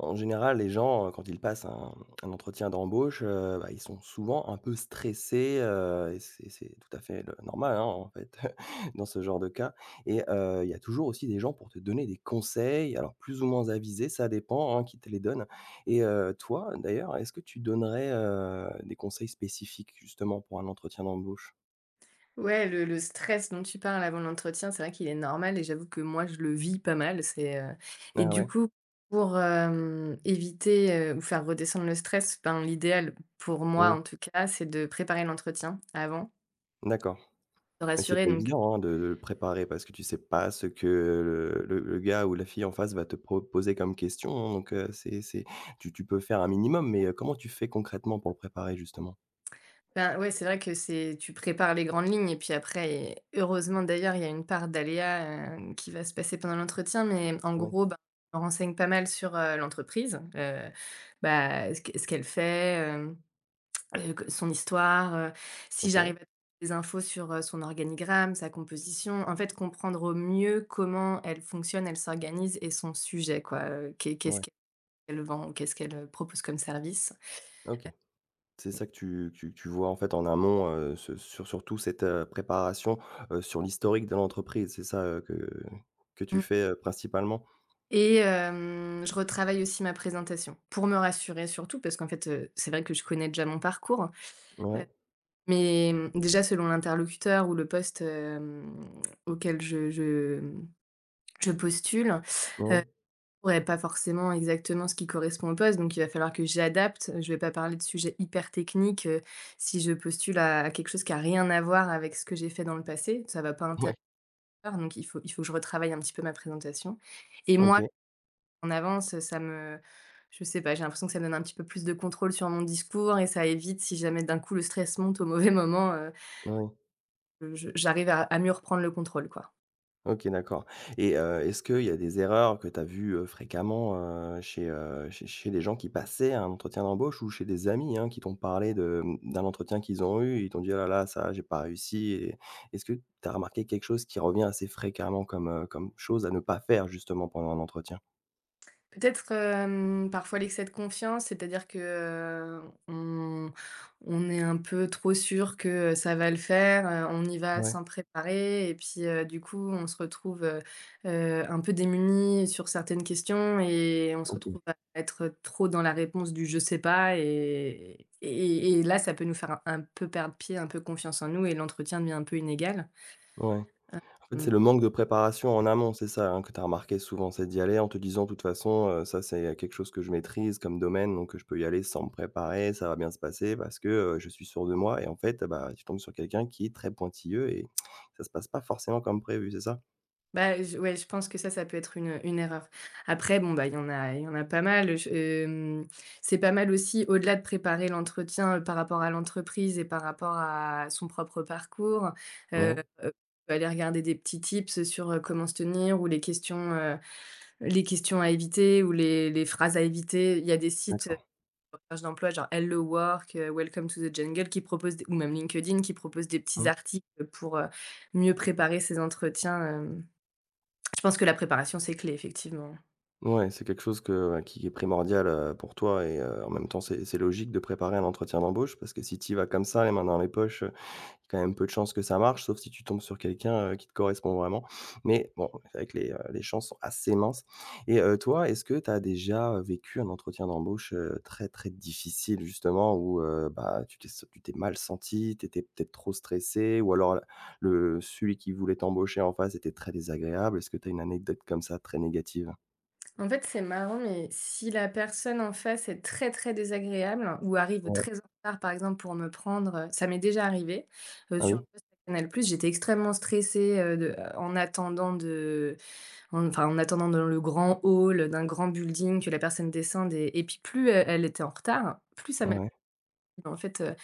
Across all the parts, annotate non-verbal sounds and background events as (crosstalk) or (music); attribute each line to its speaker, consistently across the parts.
Speaker 1: En général, les gens, quand ils passent un entretien d'embauche, bah, ils sont souvent un peu stressés, et c'est tout à fait le normal, hein, en fait, (laughs) dans ce genre de cas et il y a toujours aussi des gens pour te donner des conseils, alors plus ou moins avisés, ça dépend, hein, qui te les donne et toi, d'ailleurs, est-ce que tu donnerais, des conseils spécifiques, justement, pour un entretien d'embauche?
Speaker 2: Ouais, le stress dont tu parles avant l'entretien, c'est vrai qu'il est normal et j'avoue que moi, je le vis pas mal. Et
Speaker 1: Ah
Speaker 2: du
Speaker 1: ouais?
Speaker 2: coup, pour éviter, ou faire redescendre le stress, ben, l'idéal pour moi,
Speaker 1: Oui,
Speaker 2: en tout cas, c'est de préparer l'entretien avant,
Speaker 1: d'accord.
Speaker 2: de
Speaker 1: Mais c'est
Speaker 2: rassurer
Speaker 1: pas
Speaker 2: donc
Speaker 1: évident, hein, de le préparer parce que tu sais pas ce que le gars ou la fille en face va te proposer comme question, hein, donc c'est tu peux faire un minimum, mais comment tu fais concrètement pour le préparer justement?
Speaker 2: ben, ouais, c'est vrai que c'est tu prépares les grandes lignes et puis après et heureusement d'ailleurs, il y a une part d'aléa, qui va se passer pendant l'entretien mais en
Speaker 1: Oui.
Speaker 2: gros, ben, je me renseigne pas mal sur, l'entreprise, bah, ce qu'elle fait, euh, que son histoire, si
Speaker 1: OK,
Speaker 2: j'arrive à trouver des infos sur, son organigramme, sa composition, en fait, comprendre au mieux comment elle fonctionne, elle s'organise et son sujet quoi, qu'est-ce
Speaker 1: ouais,
Speaker 2: qu'elle vend ou qu'est-ce qu'elle, propose comme service.
Speaker 1: OK. C'est ça que tu vois en fait en amont, ce sur surtout cette, préparation, sur l'historique de l'entreprise, c'est ça, que tu
Speaker 2: Mmh
Speaker 1: fais, principalement?
Speaker 2: et je retravaille aussi ma présentation pour me rassurer surtout parce qu'en fait, c'est vrai que je connais déjà mon parcours, heu,
Speaker 1: Ouais,
Speaker 2: mais déjà selon l'interlocuteur ou le poste, auquel je postule, euh,
Speaker 1: ouais,
Speaker 2: ouais, pas forcément exactement ce qui correspond au poste, donc il va falloir que j'adapte. Je vais pas parler de sujets hyper techniques, si je postule à quelque chose qui a rien à voir avec ce que j'ai fait dans le passé, ça va pas
Speaker 1: ouais,
Speaker 2: intéresser, donc il faut que je retravaille un petit peu ma présentation et
Speaker 1: OK,
Speaker 2: moi, en avance, ça me je sais pas, j'ai l'impression que ça me donne un petit peu plus de contrôle sur mon discours et ça évite si jamais d'un coup le stress monte au mauvais moment,
Speaker 1: ouais.
Speaker 2: je j'arrive à mieux reprendre le contrôle, quoi.
Speaker 1: OK, d'accord. Et est-ce qu'il y a des erreurs que tu as vues, fréquemment, chez des gens qui passaient un entretien d'embauche ou chez des amis, hein, qui t'ont parlé de, d'un entretien qu'ils ont eu, ils t'ont dit: «Ah là là, ça, j'ai pas réussi» et est-ce que tu as remarqué quelque chose qui revient assez fréquemment comme, comme chose à ne pas faire justement pendant un entretien?
Speaker 2: Peut-être, parfois l'excès de confiance, c'est-à-dire que, on on est un peu trop sûr que, ça va le faire, on y va
Speaker 1: Ouais,
Speaker 2: sans préparer et puis, du coup, on se retrouve, un peu démuni sur certaines questions et on se
Speaker 1: OK,
Speaker 2: retrouve à être trop dans la réponse du «je sais pas» et et là, ça peut nous faire un peu perdre pied, un peu confiance en nous et l'entretien devient un peu inégal.
Speaker 1: ouais. En fait, c'est le
Speaker 2: Mmh.
Speaker 1: manque de préparation en amont, c'est ça, hein, que tu as remarqué souvent? C'est d'y aller en te disant: «De toute façon, ça, c'est quelque chose que je maîtrise comme domaine, donc je peux y aller sans me préparer, ça va bien se passer parce que, je suis sûr de moi» et en fait, bah, tu tombes sur quelqu'un qui est très pointilleux et ça se passe pas forcément comme prévu, c'est ça?
Speaker 2: Bah, je ouais, je pense que ça peut être une erreur. Après, bon, bah, il y en a pas mal, c'est pas mal aussi au-delà de préparer l'entretien, par rapport à l'entreprise et par rapport à son propre parcours, heu,
Speaker 1: Oui.
Speaker 2: heu, aller regarder des petits tips, sur, comment se tenir ou les questions à éviter ou les phrases à éviter. Il y a des sites,
Speaker 1: D'accord.
Speaker 2: de recherche d'emploi genre Hello Work, Welcome to the Jungle qui proposent des ou même LinkedIn qui proposent des petits
Speaker 1: Mmh.
Speaker 2: articles, pour, mieux préparer ses entretiens, hem je pense que la préparation, c'est clé, effectivement.
Speaker 1: Ouais, c'est quelque chose que, ouais, qui est primordial, pour toi, et en même temps, c'est logique de préparer un entretien d'embauche parce que si tu y vas comme ça, les mains dans les poches, quand même peu de chances que ça marche, sauf si tu tombes sur quelqu'un, qui te correspond vraiment. Mais bon, c'est vrai que les chances sont assez minces. Et toi, est-ce que tu as déjà, vécu un entretien d'embauche, très, très difficile justement, où, bah, tu t'es mal senti, tu étais peut-être trop stressé, ou alors le celui qui voulait t'embaucher en face était très désagréable? Est-ce que tu as une anecdote comme ça très négative?
Speaker 2: En fait, c'est marrant, mais si la personne en face est très, très désagréable ou arrive
Speaker 1: Ouais.
Speaker 2: très en retard, par exemple, pour me prendre, ça m'est déjà arrivé,
Speaker 1: Ah
Speaker 2: sur un
Speaker 1: oui?
Speaker 2: poste à Canal+, j'étais extrêmement stressée, de en attendant de en enfin, en attendant dans le grand hall d'un grand building que la personne descende et puis plus elle était en retard, plus ça m'a
Speaker 1: Ouais, ouais.
Speaker 2: en fait,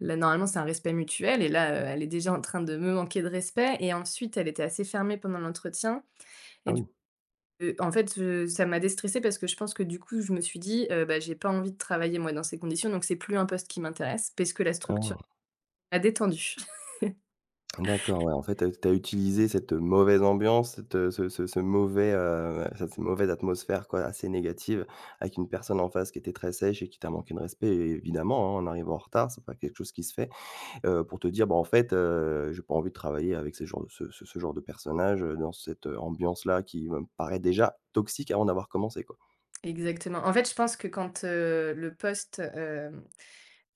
Speaker 2: là, normalement, c'est un respect mutuel et là, elle est déjà en train de me manquer de respect et ensuite, elle était assez fermée pendant l'entretien.
Speaker 1: Ah
Speaker 2: Et du
Speaker 1: oui.
Speaker 2: En fait, ça m'a déstressée parce que je pense que du coup, je me suis dit: bah, j'ai pas envie de travailler moi dans ces conditions, donc c'est plus un poste qui m'intéresse parce que la structure
Speaker 1: Ah!
Speaker 2: m'a détendue». (laughs)
Speaker 1: D'accord, ouais, en fait, tu as utilisé cette mauvaise ambiance, cette, ce ce ce mauvais, cette mauvaise atmosphère, quoi, assez négative, avec une personne en face qui était très sèche et qui t'a manqué de respect, é évidemment, hein, en arrivant en retard, c'est pas quelque chose qui se fait, pour te dire: «Bah, en fait, j'ai pas envie de travailler avec ces genres de- ce ce ce genre de personnage, dans cette, ambiance-là qui me paraît déjà toxique avant d'avoir commencé», quoi.
Speaker 2: Exactement. En fait, je pense que quand, le poste,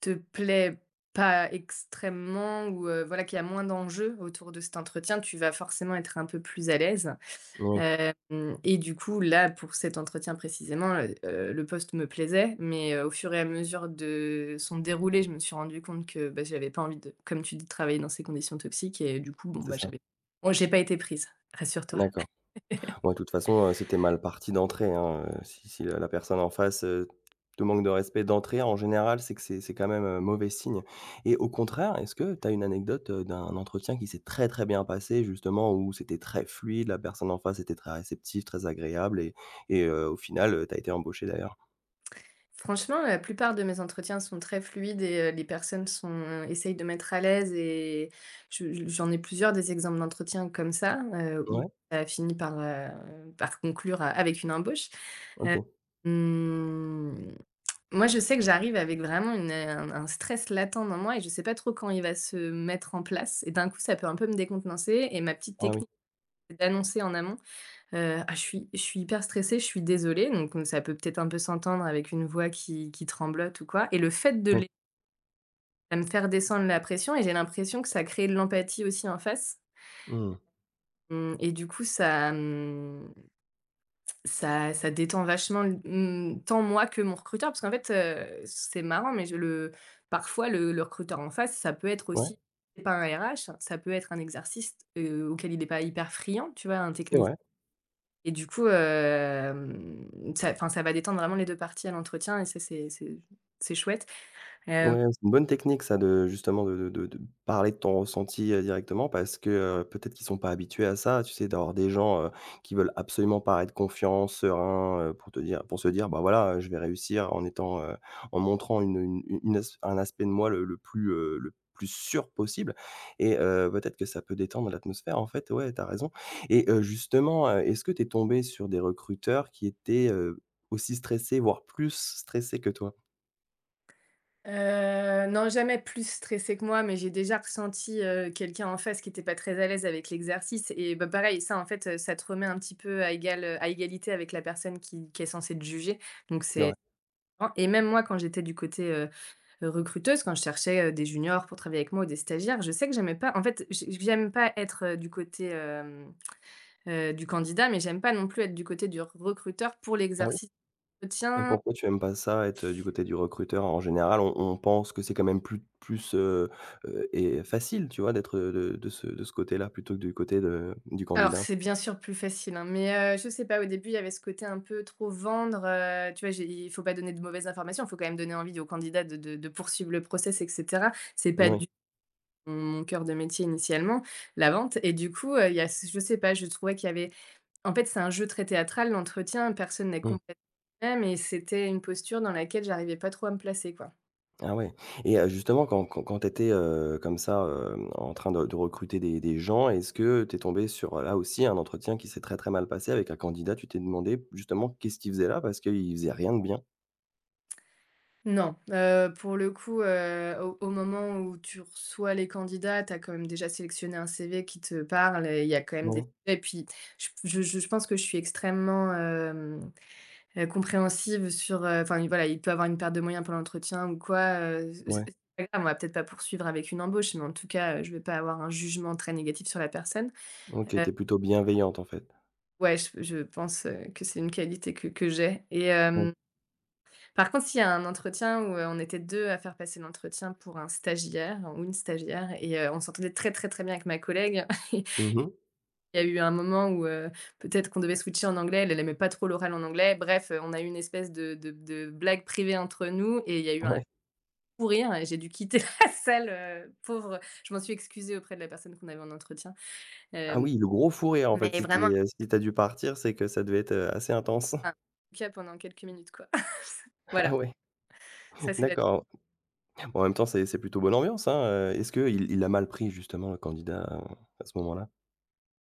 Speaker 2: te plaît pas extrêmement ou, voilà, qu'il y a moins d'enjeux autour de cet entretien, tu vas forcément être un peu plus à l'aise.
Speaker 1: Oui,
Speaker 2: Hem Et du coup, là, pour cet entretien précisément, le poste me plaisait, mais au fur et à mesure de son déroulé, je me suis rendue compte que, bah, j'avais pas envie de comme tu dis, de travailler dans ces conditions toxiques et du coup, bon,
Speaker 1: c'est
Speaker 2: bah,
Speaker 1: ça.
Speaker 2: j'avais bon, j'ai pas été prise, rassure-toi.
Speaker 1: D'accord. Ouais, de toute façon, c'était mal parti d'entrée, hein, si la personne en face, te manque de respect d'entrée, en général, c'est que c'est quand même, mauvais signe. Et au contraire, est-ce que tu as une anecdote, d'un entretien qui s'est très, très bien passé justement, où c'était très fluide, la personne en face était très réceptive, très agréable, et au final, tu as été embauché d'ailleurs?
Speaker 2: Franchement, la plupart de mes entretiens sont très fluides et les personnes sont essayent de mettre à l'aise et je j'en ai plusieurs des exemples d'entretiens comme ça, où
Speaker 1: Ouais?
Speaker 2: ça a fini par, conclure a avec une embauche.
Speaker 1: OK.
Speaker 2: Hem Moi, je sais que j'arrive avec vraiment une, un stress latent dans moi et je sais pas trop quand il va se mettre en place et d'un coup, ça peut un peu me décontenancer et ma petite
Speaker 1: Ah oui.
Speaker 2: technique, c'est d'annoncer en amont: «Ah, je suis hyper stressée, je suis désolée», donc ça peut peut-être un peu s'entendre avec une voix qui tremblote ou quoi et le fait de
Speaker 1: Oui.
Speaker 2: les ça me faire descendre la pression et j'ai l'impression que ça crée de l'empathie aussi en face,
Speaker 1: Mmh.
Speaker 2: mmh et du coup ça détend vachement tant moi que mon recruteur parce qu'en fait, c'est marrant mais je le parfois le recruteur en face, ça peut être
Speaker 1: Ouais,
Speaker 2: aussi c'est pas un RH, ça peut être un exercice, auquel il est pas hyper friand, tu vois? Un
Speaker 1: c'est
Speaker 2: technicien
Speaker 1: vrai.
Speaker 2: et du coup, ça enfin, ça va détendre vraiment les 2 parties à l'entretien et ça c'est chouette. hem
Speaker 1: Ouais, c'est une bonne technique ça, de justement de parler de ton ressenti, directement, parce que, peut-être qu'ils sont pas habitués à ça, tu sais? D'avoir des gens, qui veulent absolument paraître confiants, sereins, pour se dire: «Bah, voilà, je vais réussir», en étant, en montrant une u une as un aspect de moi le plus, le plus sûr possible. Et peut-être que ça peut détendre l'atmosphère en fait, ouais, t'as raison. Et justement, est-ce que t'es tombé sur des recruteurs qui étaient, aussi stressés, voire plus stressés que toi?
Speaker 2: Heu, non, jamais plus stressé que moi, mais j'ai déjà ressenti, quelqu'un en face qui n'était pas très à l'aise avec l'exercice et bah, pareil, ça, en fait, ça te remet un petit peu à égal, à égalité avec la personne qui est censée te juger, donc
Speaker 1: C'est
Speaker 2: c'est
Speaker 1: vrai.
Speaker 2: et même moi, quand j'étais du côté, recruteuse, quand je cherchais, des juniors pour travailler avec moi ou des stagiaires, je sais que j'aimais pas en fait, j'aime pas être, du côté, du candidat, mais j'aime pas non plus être du côté du recruteur pour
Speaker 1: Ah ouais?
Speaker 2: l'exercice
Speaker 1: Et
Speaker 2: d'entretien.
Speaker 1: pourquoi tu aimes pas ça, être, du côté du recruteur? En général, on pense que c'est quand même plus et facile, tu vois, d'être, de ce côté-là, plutôt que du côté de du
Speaker 2: Alors
Speaker 1: candidat.
Speaker 2: c'est bien sûr plus facile, hein, mais je sais pas, au début, il y avait ce côté un peu trop vendre, tu vois? J'ai il faut pas donner de mauvaises informations, il faut quand même donner envie aux candidats de poursuivre le process et cetera. C'est pas
Speaker 1: Oui.
Speaker 2: du tout mon cœur de métier initialement, la vente et du coup, il y a ce je sais pas, je trouvais qu'il y avait en fait, c'est un jeu très théâtral, l'entretien, personne n'est
Speaker 1: Mmh.
Speaker 2: complètement même et c'était une posture dans laquelle j'arrivais pas trop à me placer, quoi.
Speaker 1: Ah ouais. Et justement, quand tu étais, comme ça, en train de recruter des gens, est-ce que tu es tombée sur, là aussi, un entretien qui s'est très, très mal passé avec un candidat? Tu t'es demandé, justement, qu'est-ce qu'il faisait là? Parce qu'il faisait rien de bien.
Speaker 2: Non, pour le coup, au moment où tu reçois les candidats, tu as quand même déjà sélectionné un CV qui te parle et il y a quand même des
Speaker 1: Oui.
Speaker 2: et puis je pense que je suis extrêmement, compréhensive sur, enfin, voilà, il peut avoir une perte de moyens pendant l'entretien ou quoi, c'est
Speaker 1: Ouais.
Speaker 2: pas grave, on va peut-être pas poursuivre avec une embauche, mais en tout cas, je vais pas avoir un jugement très négatif sur la personne.
Speaker 1: OK,
Speaker 2: Heu,
Speaker 1: tu plutôt bienveillante, en fait.
Speaker 2: ouais, je pense, que c'est une qualité que j'ai et
Speaker 1: Oui.
Speaker 2: euh, par contre, s'il y a un entretien où, on était 2 à faire passer l'entretien pour un stagiaire hein, ou une stagiaire et on s'entendait très, très, très bien avec ma collègue. (laughs) Il
Speaker 1: Mmh.
Speaker 2: y a eu un moment où, peut-être qu'on devait switcher en anglais, elle, n'aimait pas trop l'oral en anglais. Bref, on a eu une espèce de blague privée entre nous et il y a eu un
Speaker 1: Ouais.
Speaker 2: fou rire et j'ai dû quitter (laughs) la salle, pauvre. Je m'en suis excusée auprès de la personne qu'on avait en entretien,
Speaker 1: Ah
Speaker 2: hem,
Speaker 1: oui, le gros fou rire, en fait,
Speaker 2: mais vraiment,
Speaker 1: si tu as dû partir, c'est que ça devait être, assez intense.
Speaker 2: un
Speaker 1: (laughs)
Speaker 2: cas pendant quelques minutes, quoi. (laughs)
Speaker 1: Ah
Speaker 2: Voilà,
Speaker 1: ouais,
Speaker 2: ça c'est la
Speaker 1: d'accord. Bon, en même temps, c'est plutôt bonne ambiance, hein, est-ce qu'il il a mal pris, justement, le candidat, à ce moment-là?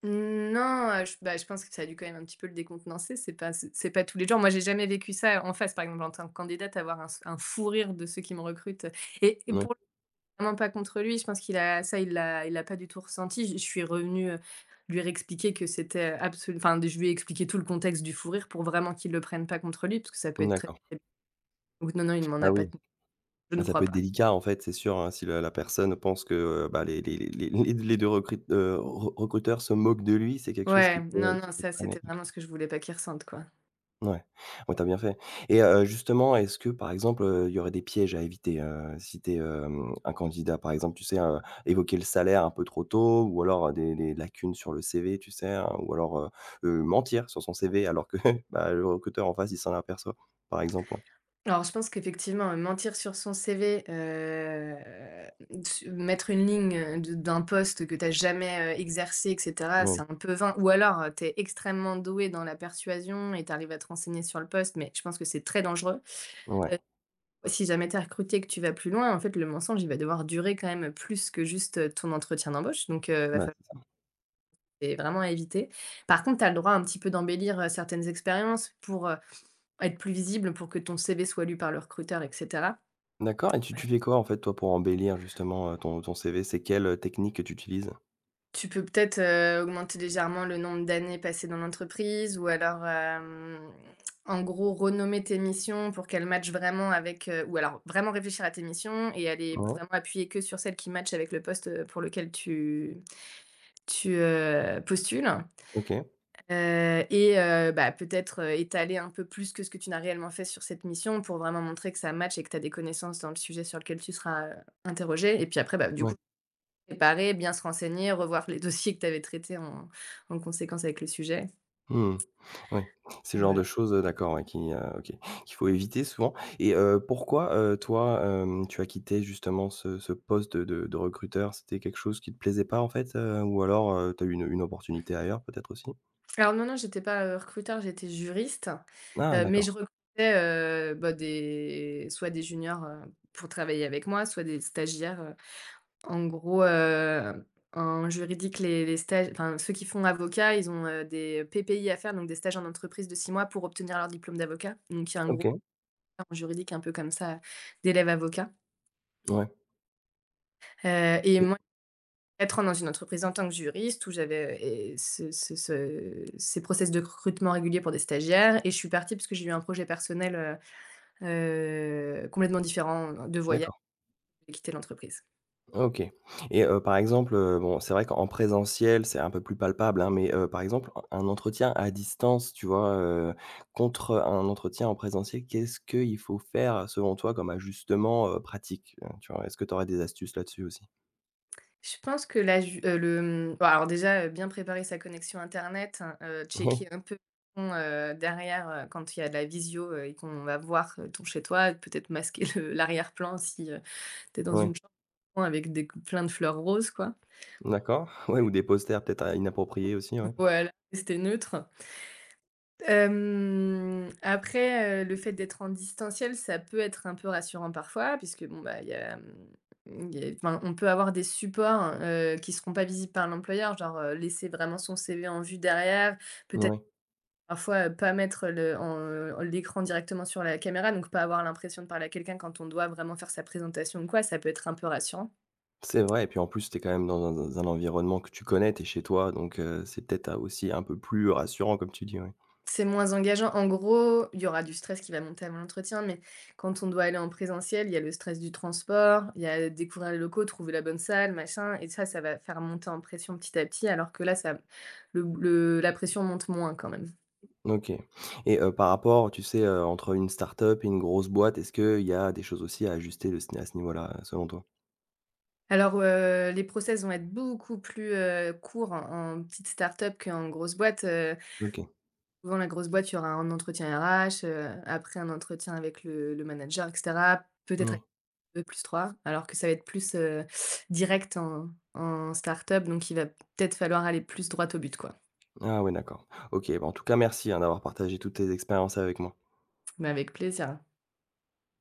Speaker 2: Non, je bah, je pense que ça a dû quand même un petit peu le décontenancer, c'est pas c'est pas tous les jours. Moi, j'ai jamais vécu ça en face, par exemple, en tant que candidate, avoir un fou rire de ceux qui me recrutent,
Speaker 1: Non?
Speaker 2: pour vraiment pas contre lui, je pense qu'il l'a pas du tout ressenti. Je suis revenue, lui réexpliquer que c'était, absolu enfin, de je lui ai expliqué tout le contexte du fou rire pour vraiment qu'il le prenne pas contre lui, parce que ça peut être très
Speaker 1: D'accord.
Speaker 2: (unintelligible) donc non, non, il m'en a
Speaker 1: Ah
Speaker 2: pas
Speaker 1: oui,
Speaker 2: tenu, je
Speaker 1: bah,
Speaker 2: ne
Speaker 1: ça
Speaker 2: crois
Speaker 1: peut être
Speaker 2: pas.
Speaker 1: délicat, en fait, c'est sûr, hein, si la personne pense que, bah, les 2 recruteurs se moquent de lui, c'est quelque chose
Speaker 2: Ouais,
Speaker 1: qui peut,
Speaker 2: non,
Speaker 1: ouais,
Speaker 2: non,
Speaker 1: qui peut
Speaker 2: ça,
Speaker 1: traîner,
Speaker 2: c'était
Speaker 1: donc.
Speaker 2: vraiment ce que je voulais pas qu'il ressente, quoi.
Speaker 1: Ouais. Ouais, t'as bien fait. Et justement, est-ce que, par exemple, il y aurait des pièges à éviter, si t'es es, un candidat? Par exemple, tu sais, évoquer le salaire un peu trop tôt, ou alors, des lacunes sur le CV, tu sais? Ou alors, mentir sur son CV alors que, (laughs) bah, le recruteur en face, il s'en aperçoit, par exemple.
Speaker 2: Alors, je pense qu'effectivement, mentir sur son CV, su mettre une ligne, de d'un poste que tu as jamais, exercé et cetera, c'est
Speaker 1: Oui,
Speaker 2: un peu vain ou alors, tu es extrêmement doué dans la persuasion et tu arrives à te renseigner sur le poste, mais je pense que c'est très dangereux.
Speaker 1: ouais,
Speaker 2: Si jamais tu es recruté et que tu vas plus loin, en fait, le mensonge, il va devoir durer quand même plus que juste, ton entretien d'embauche, donc va
Speaker 1: bah,
Speaker 2: falloir.
Speaker 1: c'est ça.
Speaker 2: C'est vraiment à éviter. Par contre, tu as le droit un petit peu d'embellir, certaines expériences pour, être plus visible, pour que ton CV soit lu par le recruteur et cetera.
Speaker 1: D'accord. Et tu fais quoi, en fait, toi, pour embellir justement, ton CV? C'est quelle, technique que tu utilises?
Speaker 2: Tu peux peut-être, augmenter légèrement le nombre d'années passées dans l'entreprise ou alors, en gros renommer tes missions pour qu'elles matchent vraiment avec, ou alors vraiment réfléchir à tes missions et aller
Speaker 1: Ouais,
Speaker 2: vraiment appuyer que sur celles qui matchent avec le poste, pour lequel tu postules,
Speaker 1: OK.
Speaker 2: et bah, peut-être, étaler un peu plus que ce que tu n'as réellement fait sur cette mission pour vraiment montrer que ça match et que tu as des connaissances dans le sujet sur lequel tu seras, interrogé et puis après, bah, du
Speaker 1: Ouais.
Speaker 2: coup. Préparer, bien se renseigner, revoir les (laughs) dossiers que tu avais traités en conséquence avec le sujet,
Speaker 1: Mmh. Ouais, c'est le genre de
Speaker 2: voilà.
Speaker 1: choses, d'accord, ouais, qui, OK, qu'il faut éviter souvent. Et pourquoi, toi, tu as quitté justement ce poste de recruteur? C'était quelque chose qui te plaisait pas en fait, ou alors, tu as eu une opportunité ailleurs peut-être aussi?
Speaker 2: Alors non, non, j'étais pas, recruteur, j'étais juriste,
Speaker 1: Ah
Speaker 2: mais je
Speaker 1: d'accord,
Speaker 2: recrutais, bah, des soit des juniors, pour travailler avec moi, soit des stagiaires. En gros, en juridique, les stages enfin, ceux qui font avocat, ils ont, des PPI à faire, donc des stages en entreprise de 6 mois pour obtenir leur diplôme d'avocat. Donc il y a un gros
Speaker 1: OK,
Speaker 2: en juridique un peu comme ça, d'élèves avocats,
Speaker 1: ouais,
Speaker 2: et
Speaker 1: mmh,
Speaker 2: moi 4 ans dans une entreprise en tant que juriste où j'avais, et ce ce ce ces process de recrutement réguliers pour des stagiaires et je suis partie parce que j'ai eu un projet personnel, complètement différent de voyage,
Speaker 1: d'accord.
Speaker 2: j'ai quitté l'entreprise.
Speaker 1: OK. Et par exemple, bon, c'est vrai qu'en présentiel, c'est un peu plus palpable, hein, mais par exemple, un entretien à distance, tu vois, contre un entretien en présentiel, qu'est-ce qu'il faut faire selon toi comme ajustement, pratique? Tu vois, est-ce que tu aurais des astuces là-dessus aussi?
Speaker 2: Je pense que la ju le, mmh, bah, alors déjà, bien préparer sa connexion internet,
Speaker 1: Oui,
Speaker 2: checker un peu, derrière, quand il y a de la visio, et qu'on va voir, ton chez toi, peut-être masquer le (laughs) l'arrière-plan si, tu es dans
Speaker 1: oui.
Speaker 2: une chambre avec des plein de fleurs roses quoi.
Speaker 1: d'accord. (laughs) Ouais, ou des posters peut-être à inappropriés aussi, ouais.
Speaker 2: Voilà, rester neutre. Après, le fait d'être en distanciel, ça peut être un peu rassurant parfois puisque bon, bah, il y a, mmh, il y a enfin, on peut avoir des supports, qui seront pas visibles par l'employeur, genre, laisser vraiment son CV en vue derrière, peut-être
Speaker 1: Ouais,
Speaker 2: parfois, pas mettre le en, l'écran directement sur la caméra, donc pas avoir l'impression de parler à quelqu'un quand on doit vraiment faire sa présentation ou quoi, ça peut être un peu rassurant.
Speaker 1: c'est vrai, et puis en plus, tu es quand même dans un environnement que tu connais, tu es chez toi, donc c'est peut-être, aussi un peu plus rassurant comme tu dis, ouais.
Speaker 2: C'est moins engageant. En gros, il y aura du stress qui va monter avant l'entretien, mais quand on doit aller en présentiel, il y a le stress du transport, il y a découvrir les locaux, trouver la bonne salle, machin, et ça va faire monter en pression petit à petit, alors que là, ça, le la pression monte moins quand même.
Speaker 1: OK. Et par rapport, tu sais, entre une start-up et une grosse boîte, est-ce qu'il y a des choses aussi à ajuster de ce à ce niveau-là, selon toi?
Speaker 2: Alors, les process vont être beaucoup plus, courts en petite start-up qu'en grosse boîte,
Speaker 1: OK,
Speaker 2: souvent la grosse boîte, il y aura un entretien RH, après un entretien avec le manager et cetera, peut-être
Speaker 1: oui.
Speaker 2: deux plus trois, alors que ça va être plus, direct en start-up, donc il va peut-être falloir aller plus droit au but, quoi.
Speaker 1: Ah ouais, d'accord. OK, bah, en tout cas, merci, hein, d'avoir partagé toutes tes expériences avec moi.
Speaker 2: Mais avec plaisir.